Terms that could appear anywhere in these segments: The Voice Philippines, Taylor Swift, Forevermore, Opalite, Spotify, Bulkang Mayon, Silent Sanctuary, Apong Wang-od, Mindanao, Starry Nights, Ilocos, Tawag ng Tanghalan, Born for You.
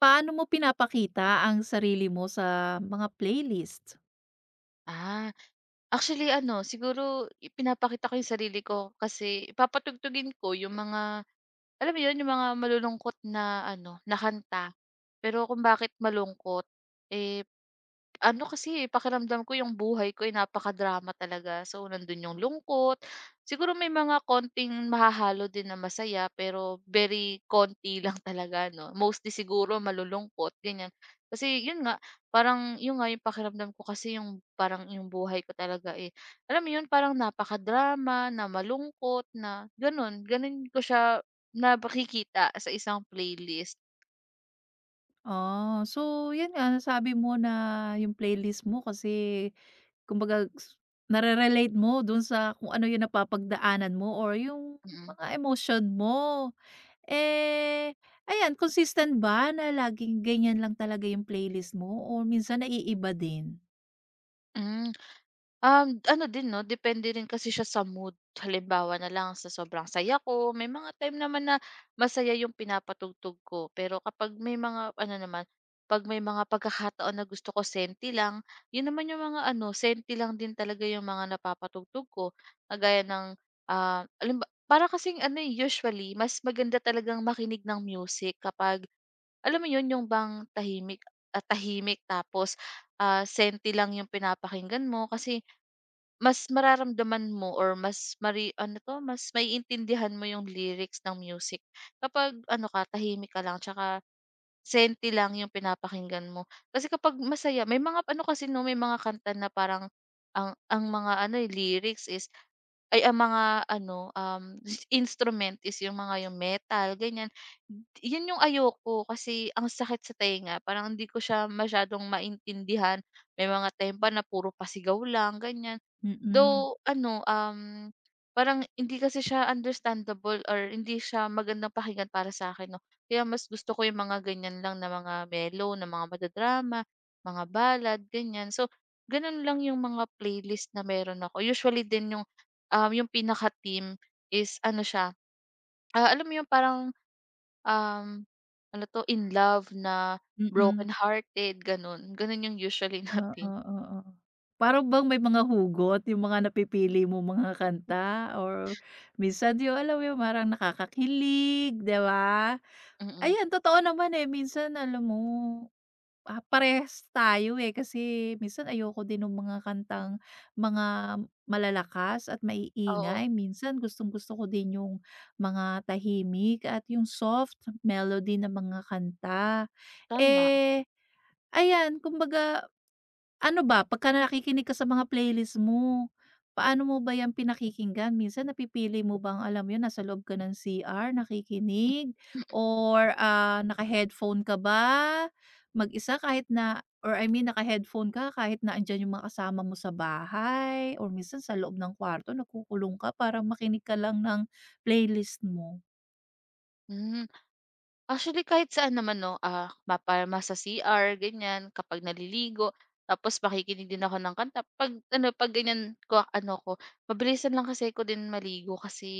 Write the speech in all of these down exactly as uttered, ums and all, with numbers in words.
Paano mo pinapakita ang sarili mo sa mga playlist? Ah, actually ano, siguro ipinapakita ko yung sarili ko kasi papatugtugin ko yung mga, alam mo yun, yung mga malulungkot na ano, na kanta. Pero kung bakit malungkot, eh, ano kasi, eh, pakiramdam ko yung buhay ko ay napakadrama talaga. So, nandun yung lungkot. Siguro may mga konting mahahalo din na masaya, pero very konti lang talaga, no? Mostly siguro malulungkot, ganyan. Kasi, yun nga, parang yun nga yung pakiramdam ko kasi yung parang yung buhay ko talaga, eh, alam mo yun parang napaka-drama, na malungkot na ganun. Ganun ko siya nakikita sa isang playlist. Oh, so 'yun nga nasabi mo na yung playlist mo kasi kumbaga s nare-relate mo dun sa kung ano yung napapagdaanan mo or yung Mm. mga emotion mo. Eh, ayan, consistent ba na laging ganiyan lang talaga yung playlist mo o minsan naiiba din? Hmm. Um, ano din 'no, depende rin kasi siya sa mood. Halimbawa na lang sa sobrang saya ko, may mga time naman na masaya yung pinapatugtog ko. Pero kapag may mga ano naman, 'pag may mga pagkakataon na gusto ko senti lang, yun naman yung mga ano, senti lang din talaga yung mga napapatugtog ko. Kagaya ng, ah, halimba para kasing ano, eh, usually mas maganda talagang makinig ng music kapag alam mo yun, yung bang tahimik at tahimik tapos, ah, senti lang yung pinapakinggan mo. Kasi mas mararamdaman mo or mas mari ano 'to, mas maiintindihan mo yung lyrics ng music kapag ano ka, tahimik ka lang tsaka senti lang yung pinapakinggan mo. Kasi kapag masaya may mga ano kasi 'no, may mga kanta na parang ang ang mga ano, eh, lyrics is ay ang mga ano, um, s- instrument is yung mga yung metal ganyan. Yun yung ayoko kasi ang sakit sa tenga, parang hindi ko siya masyadong maintindihan. May mga time pa na puro pasigaw lang ganyan. Mm, Though ano, um, parang hindi kasi siya understandable or hindi siya magandang pakinggan para sa akin 'no. Kaya mas gusto ko yung mga ganyan lang na mga mellow, na mga madadrama, mga ballad, ganyan. So, ganun lang yung mga playlist na meron ako. Usually din yung, um, yung pinaka-theme is ano siya, ah, alam mo yung parang, um, ano 'to, in love na mm. broken hearted ganun. Ganun yung usually na Oo, theme. oo. Para bang may mga hugot yung mga napipili mo mga kanta or minsan yung alam mo yung parang nakakakilig, 'di ba? Mm, Ayan, totoo naman, eh, minsan alam mo, ah, parehas tayo, eh, kasi minsan ayoko din ng mga kantang mga malalakas at oo, maiingay. Minsan gustong-gusto ko din yung mga tahimik at yung soft melody ng mga kanta. tama. Eh, ayan, kumbaga, ano ba, pagka nakikinig ka sa mga playlist mo, paano mo ba 'yan pinakikinggan? Minsan napipili mo bang alam mo 'yun, nasa loob ka ng C R nakikinig or, ah, naka-headphone ka ba? Mag-isa kahit na or I mean naka-headphone ka kahit na andiyan yung mga kasama mo sa bahay or minsan sa loob ng kwarto nagkukulong ka para makinig ka lang ng playlist mo? Mm. Actually, kahit saan naman 'no, ah, mapalma sa si ar ganyan, kapag naliligo, tapos makikinig din ako ng kanta. 'Pag ano, 'pag ganyan ko ano ko, mabilisan lang kasi ko din maligo kasi,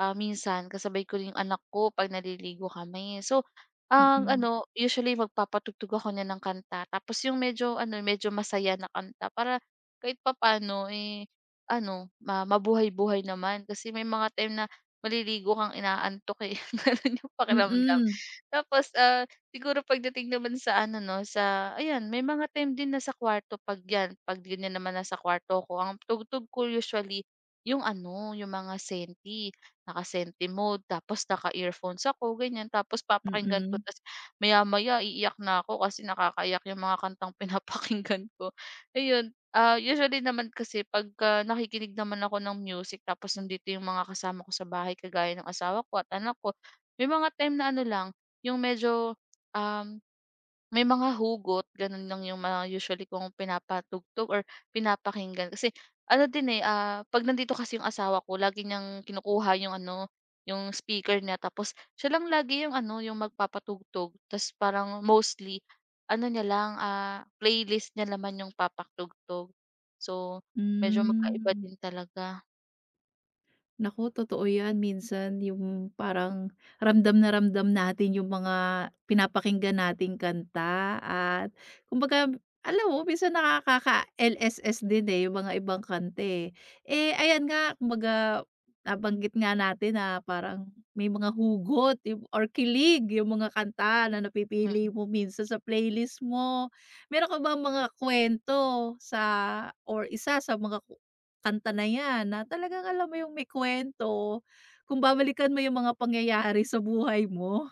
ah, minsan kasabay ko rin yung anak ko 'pag naliligo kami. So, ang Mm. ano, usually magpapatugtog ako niya ng kanta tapos yung medyo ano, medyo masaya na kanta para kahit papaano, eh, ano, ma mabuhay-buhay naman kasi may mga time na maliligo kang inaantok, eh, gano'n yung pakiramdam. Mm. Tapos, ah, siguro pagdating naman sa ano 'no, sa ayan may mga time din na sa kwarto 'pag 'yan, 'pag ganyan naman nasa kwarto ko ang tugtog ko usually yung ano, yung mga senti, naka-senti mode tapos naka-earphones ako ganyan, tapos papakinggan ko Mm. ta's maya-maya iiyak na ako kasi nakakaiyak yung mga kantang pinapakinggan ko. Ayun, ah, usually naman kasi pagka nakikinig naman ako ng music tapos nandito yung mga kasama ko sa bahay kagaya ng asawa ko at anak ko, may mga time na ano lang yung medyo, um, may mga hugot, ganun lang yung mga usually kong pinapatugtog or pinapakinggan. Kasi ano din, eh, ah, 'pag nandito kasi yung asawa ko lagi niyang kinukuha yung ano, yung speaker niya tapos siya lang lagi yung ano, yung magpapatugtog. Ta's parang mostly ano niya lang, ah, playlist niya naman yung papatugtog. So, medyo magkaiba Hmm. din talaga. Naku, totoo 'yan. Minsan yung parang ramdam na ramdam natin yung mga pinapakinggan nating kanta at kumbaga alam mo minsan nakakaka-L S S din, eh, yung mga ibang kante eh. Eh, ayan nga, kumbaga nabanggit nga natin na parang may mga hugot yung or kilig yung mga kanta na napipili Mm, mo minsan sa playlist mo. Meron ka bang mga kuwento sa or isa sa mga kanta na 'yan na talagang alam mo yung may kwento, kung babalikan mo yung mga pangyayari sa buhay mo.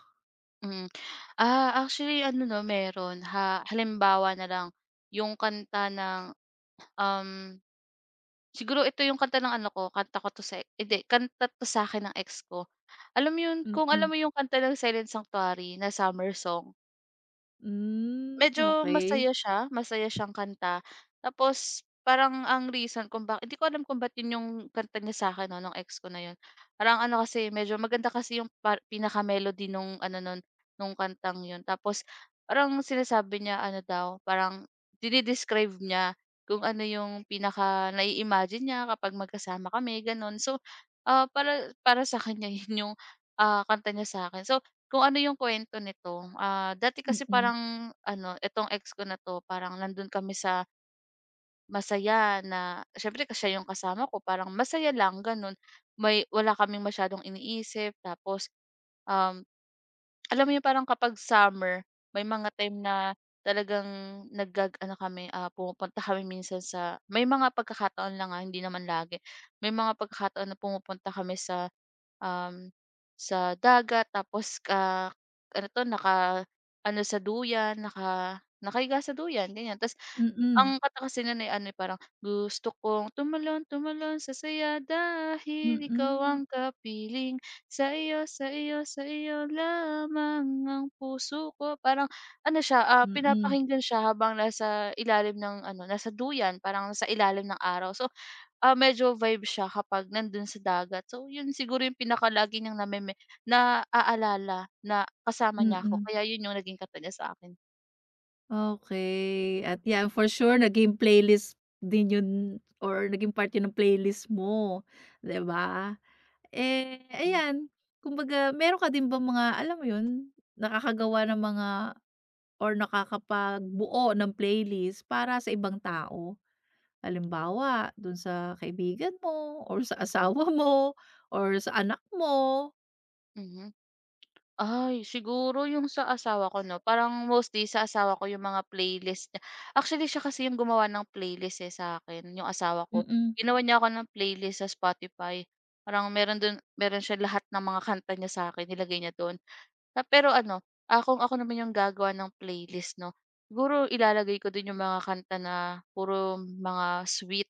mm. Ah, actually ano 'no, meron ha halimbawa na lang yung kanta ng Um, siguro ito yung kanta ng ano ko, kanta ko 'to sa hindi, kanta 'to sa akin ng ex ko. Alam mo yun, kung Mm. alam mo yung kanta ng Silent Sanctuary na summer song? Hmm, Medyo okey. masaya siya, masaya siyang kanta. Tapos parang ang reason kung bak hindi ko alam kung ba't yun yung kanta niya sa akin 'no, nung ex ko na yun. Parang ano kasi, medyo maganda kasi yung par pinaka-melody nung ano nun, nung kantang yun. Tapos parang sinasabi niya ano daw, parang dine-describe niya kung ano yung pinaka-nai-imagine niya kapag magkasama kami, gano'n. So, ah, para para sa kanya yun yung, ah, kanta niya sa'kin. So kung ano yung kwento nito, ah, dati kasi Mm, parang ano, itong ex ko na 'to parang nandun kami sa masaya na siyempre siya yung kasama ko parang masaya lang gano'n. May wala kaming masyadong iniisip tapos, um, alam mo yung parang kapag summer may mga time na talagang nag ano kami, ah, pumupunta kami minsan sa may mga pagkakataon lang, ah, hindi naman lagi. May mga pagkakataon na pumupunta kami sa um, sa dagat tapos ka ano 'to, naka-ano sa duyan, naka nakahiga sa duyan, ganyan. Tapos mm, ang kanta kasi no'n ay ano, eh, parang, "Gusto kong tumalon, tumalon sa saya dahil ikaw mm, ang kapiling. Sa iyo, sa iyo, sa iyo lamang ang puso ko." Parang ano siya, ah, mm, pinapakinggan siya habang nasa ilalim ng ano, nasa duyan, parang nasa ilalim ng araw. So ah, medyo vibe siya kapag nandun sa dagat. So, yun siguro yung pinaka-lagi niyang nameme naaalala na kasama niya ako mm. kaya yun yung naging kataga sa akin. Okey, at 'yan for sure naging playlist din yun or naging part yun ng playlist mo, 'di ba? Eh, Hmm, ayan, kumbaga meron ka din bang mga alam mo yun, nakakagawa ng mga or nakakapagbuo ng playlist para sa ibang tao. Halimbawa, dun sa kaibigan mo or sa asawa mo or sa anak mo. mhm. Ay, siguro yung sa asawa ko 'no, parang mostly sa asawa ko yung mga playlist niya. Actually, siya kasi yung gumawa ng playlist, eh, sa akin yung asawa ko. Mm, Ginawan niya ako ng playlist sa Spotify. Parang meron dun meron siya lahat ng mga kanta niya sa akin nilagay niya dun. Ah, pero ano, ah, kung ako naman yung gagawa ng playlist 'no, siguro ilalagay ko din yung mga kanta na puro mga sweet,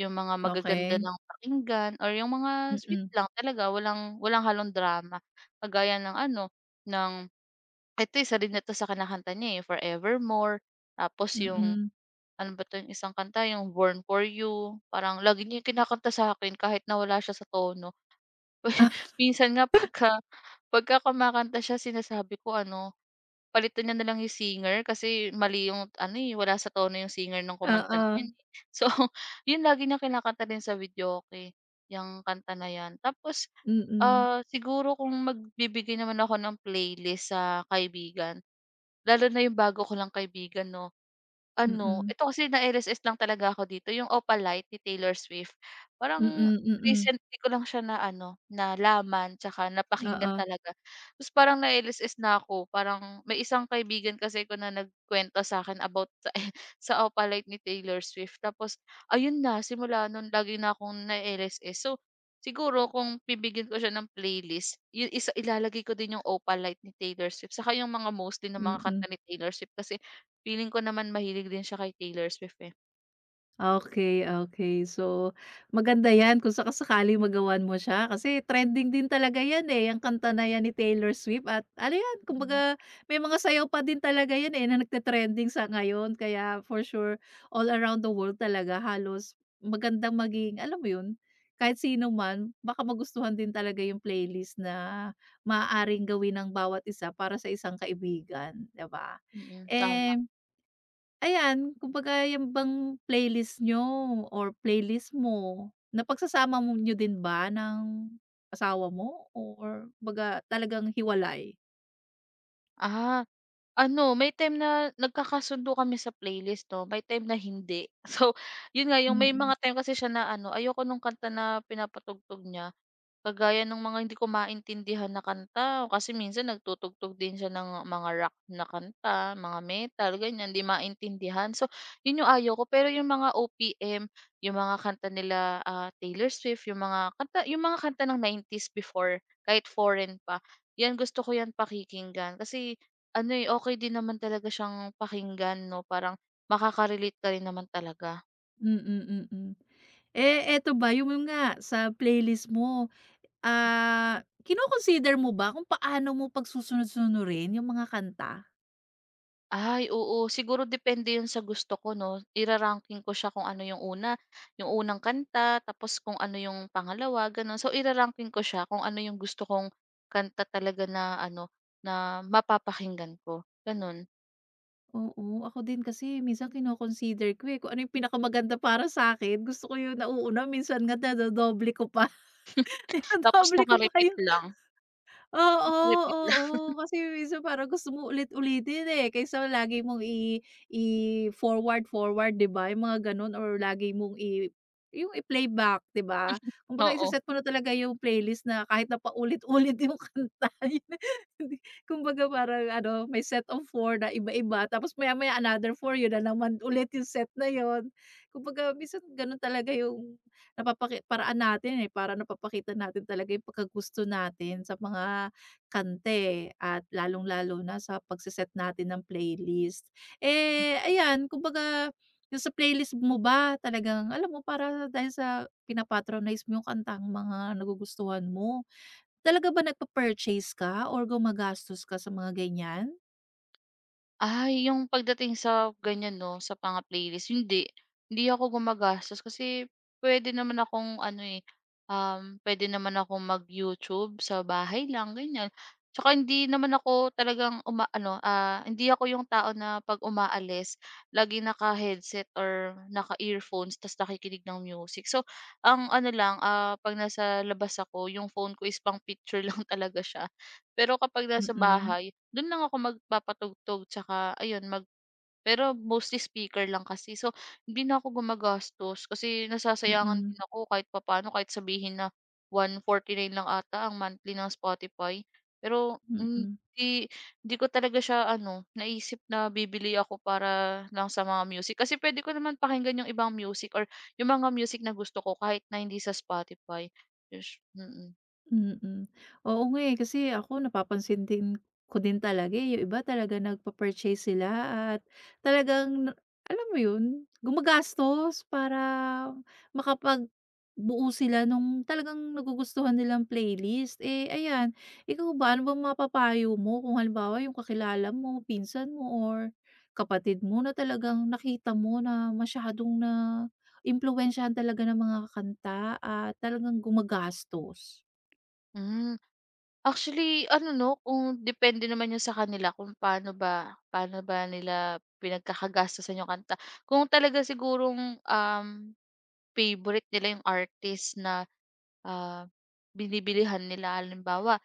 yung mga magaganda okey. ng pakinggan or yung mga sweet Mm, lang talaga walang walang halong drama. Kagaya ng ano, ng eto isa din na 'to sa kinakanta niya, eh, yung Forevermore, tapos yung mm. ano ba 'to, yung isang kanta yung Born for You, parang lagi niya yung kinakanta sa'kin kahit na wala siya sa tono. Minsan nga pagka pagka kumakanta siya sinasabi ko ano, palitan niya na lang yung singer kasi mali yung ano, eh, wala sa tono yung singer nung kumanta na Oo, yun, eh. So, yun lagi niyang kinakanta din sa videoke, yang kanta na yan. Tapos mm. ah, siguro kung magbibigay naman ako ng playlist sa kaibigan, lalo na yung bago ko lang kaibigan 'no, ano, Mm, ito kasi na-el es es lang talaga ako dito, yung Opalite ni Taylor Swift. Parang mm, mm. recently ko lang siya na ano, nalaman tsaka Oo, napakinggan talaga. Tapos parang na-el es es na ako, parang may isang kaibigan kasi ko na nagkwento sa akin about sa sa Opalite ni Taylor Swift. Tapos ayun na, simula nun lagi na akong na-el es es. So, siguro kung bibigyan ko siya ng playlist, yung isa ilalagay ko din yung Opalite ni Taylor Swift, saka yung mga mostly ng mga mm. kanta ni Taylor Swift kasi feeling ko naman mahilig din siya kay Taylor Swift, eh. Okay, okay. So, maganda 'yan kung saka-sakali magawan mo siya kasi trending din talaga 'yan, eh, ang kanta na 'yan ni Taylor Swift, at ano 'yan, Mhm, kumbaga may mga sayaw pa din talaga 'yan, eh, na nagte-trending sa ngayon. Kaya for sure all around the world talaga halos magandang maging alam mo 'yun, kahit sino man baka magustuhan din talaga yung playlist na maaaring gawin ng bawat isa para sa isang kaibigan, 'di ba? mm, tama. Eh, ayan, kumbaga yan bang playlist nyo or playlist mo, napagsasama mo niyo din ba ng asawa mo or kumbaga talagang hiwalay? Ah, ano may time na nagkakasundo kami sa playlist 'no, may time na hindi. So, yun nga yung may Mm, mga time kasi siya na ano, ayoko nung kanta na pinapatugtog niya, kagaya ng mga hindi ko maintindihan na kanta o kasi minsan nagtutugtog din siya ng mga rock na kanta, mga metal ganyan, di maintindihan. So, yun yung ayoko. Pero yung mga o pi em, yung mga kanta nila, ah, Taylor Swift, yung mga kanta yung mga kanta ng nineties before, kahit foreign pa, 'yan gusto ko 'yan pakikinggan kasi ano, eh, okey din naman talaga siyang pakinggan 'no, parang makaka-relate ka rin naman talaga. mm, mm. Mm. Eh, eto ba yung nga sa playlist mo, ah, kino-consider mo ba kung paano mo pagsusunod-sunurin yung mga kanta? Ay oo, siguro depende 'yun sa gusto ko 'no, ira ko siya kung ano 'yung una, 'yung unang kanta tapos kung ano 'yung pangalawa gano'n. So ira ko siya kung ano 'yung gusto kong kanta talaga na ano, na mapapakinggan ko, gano'n. Oo, ako din kasi minsan kino-consider ko, eh, kung ano yung pinakamaganda para sa'kin, gusto ko yung nauuna, minsan nga dinodoble ko pa, Tapos dinodoble ko pa naka-repeat yung. lang, Oo, naka-repeat lang, oo. Kasi minsan parang gusto mo ulit-ulitin, eh, kaysa lagi mong i i-forward-forward, 'di ba, yung mga gano'n or lagi mong i yung i-playback, 'di ba? Kumbaga ise Oo. mo na talaga yung playlist na kahit na paulit-ulit yung kanta, yun. Hindi, kumbaga parang ano, may set of four na iba-iba tapos maya-maya another four yun na naman ulit yung set na yun. Kumbaga minsan gano'n talaga yung napapaki paraan natin, eh, para napapakita natin talaga yung pagkagusto natin sa mga kanta, eh, at lalong-lalo na sa pagse natin ng playlist. Eh, ayan, kumbaga, yung sa playlist mo ba talagang alam mo para dahil sa pina-patronize mo yung kantang mga nagugustuhan mo, talaga ba nagpa-purchase ka or gumagastos ka sa mga ganyan? Ay, yung pagdating sa ganyan 'no, sa mga playlist, hindi. Hindi ako gumagastos kasi puwede naman akong ano, eh, um, puwede naman akong mag-YouTube sa bahay lang, ganyan. Tsaka hindi naman ako talagang uma, ano ah, hindi ako yung tao na 'pag umaalis laging naka-headset or naka-earphones ta's nakikinig ng music. So, ang ano lang, ah, 'pag nasa labas ako, yung phone ko is pang picture lang talaga siya. Pero kapag nasa Mm, bahay, dun lang ako magpapatugtog tsaka ayun mag pero mostly speaker lang kasi. So, hindi na ako gumagastos kasi nasasayangan mm, din ako kahit papaano kahit sabihin na one forty-nine lang ata ang monthly ng Spotify. Pero hindi mm. hindi ko talaga siya ano, naisip na bibili ako para lang sa mga music. Kasi puwede ko naman pakinggan yung ibang music or yung mga music na gusto ko kahit na hindi sa Spotify. Yes, mm. Mm. Oo nga, eh, kasi ako napapansin din ko din talaga, eh, yung iba talaga nagpa-purchase sila at talagang na alam mo yun, gumagastos para makapagbuo sila nung talagang nagugustuhan nilang playlist. Eh, ayan, ikaw ba, ano bang mapapayo mo kung halimbawa yung kakilala mo, pinsan mo or kapatid mo na talagang nakita mo na masyadong naimpluwensyahan talaga ng mga kanta at talagang gumagastos? Hmm. Actually ano 'no, kung depende naman 'yun sa kanila kung paano ba paano ba nila pinagkakagastusan 'yung kanta. Kung talaga sigurong, um, favorite nila 'yung artist na, ah, binibilihan nila halimbawa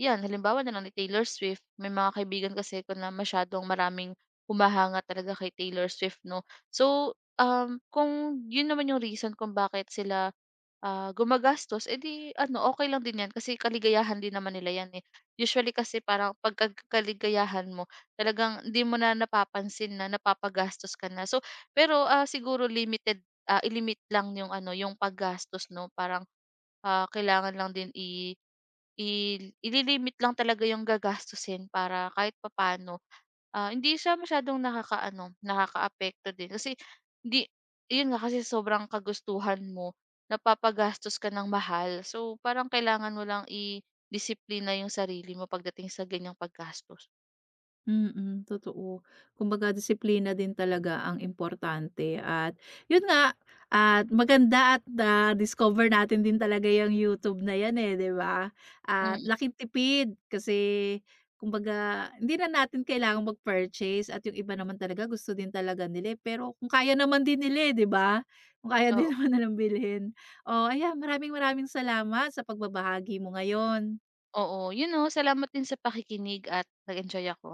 'yan, halimbawa na lang ni Taylor Swift. May mga kaibigan kasi ko na masyadong maraming humahanga talaga kay Taylor Swift 'no. So, um, kung 'yun naman 'yung reason kung bakit sila ah, gumagastos, edi ano okay lang din 'yan kasi kaligayahan din naman nila 'yan, eh. Usually kasi parang pagka mo talagang hindi mo na napapansin na napapagastos ka na. So pero, ah, siguro limited, ah, ilimit lang yung ano, yung paggastos 'no, parang, ah, kailangan lang din i i ililimit lang talaga yung gagastusin para kahit papaano ah, hindi siya masyadong nakakaano, nakakaapekto din kasi hindi 'yun nga kasi sobrang kagustuhan mo, napapagastos ka ng mahal. So, parang kailangan mo lang idisiplina 'yung sarili mo pagdating sa ganiyang paggastos. Mm, totoo. Kumbaga disiplina din talaga ang importante, at yun nga, at maganda at na-discover natin din talaga yung YouTube na yan, eh, 'di ba? At Mm, laking tipid kasi kumbaga hindi na natin kailangang mag-purchase, at yung iba naman talaga gusto din talaga nila, eh, pero kung kaya naman din nila, eh, 'di ba? Kung kaya din oo, naman nilang bilhin. Oh, ayan, maraming maraming salamat sa pagbabahagi mo ngayon. oo. 'Yun, oh, salamat din sa pakikinig at nag-enjoy ako.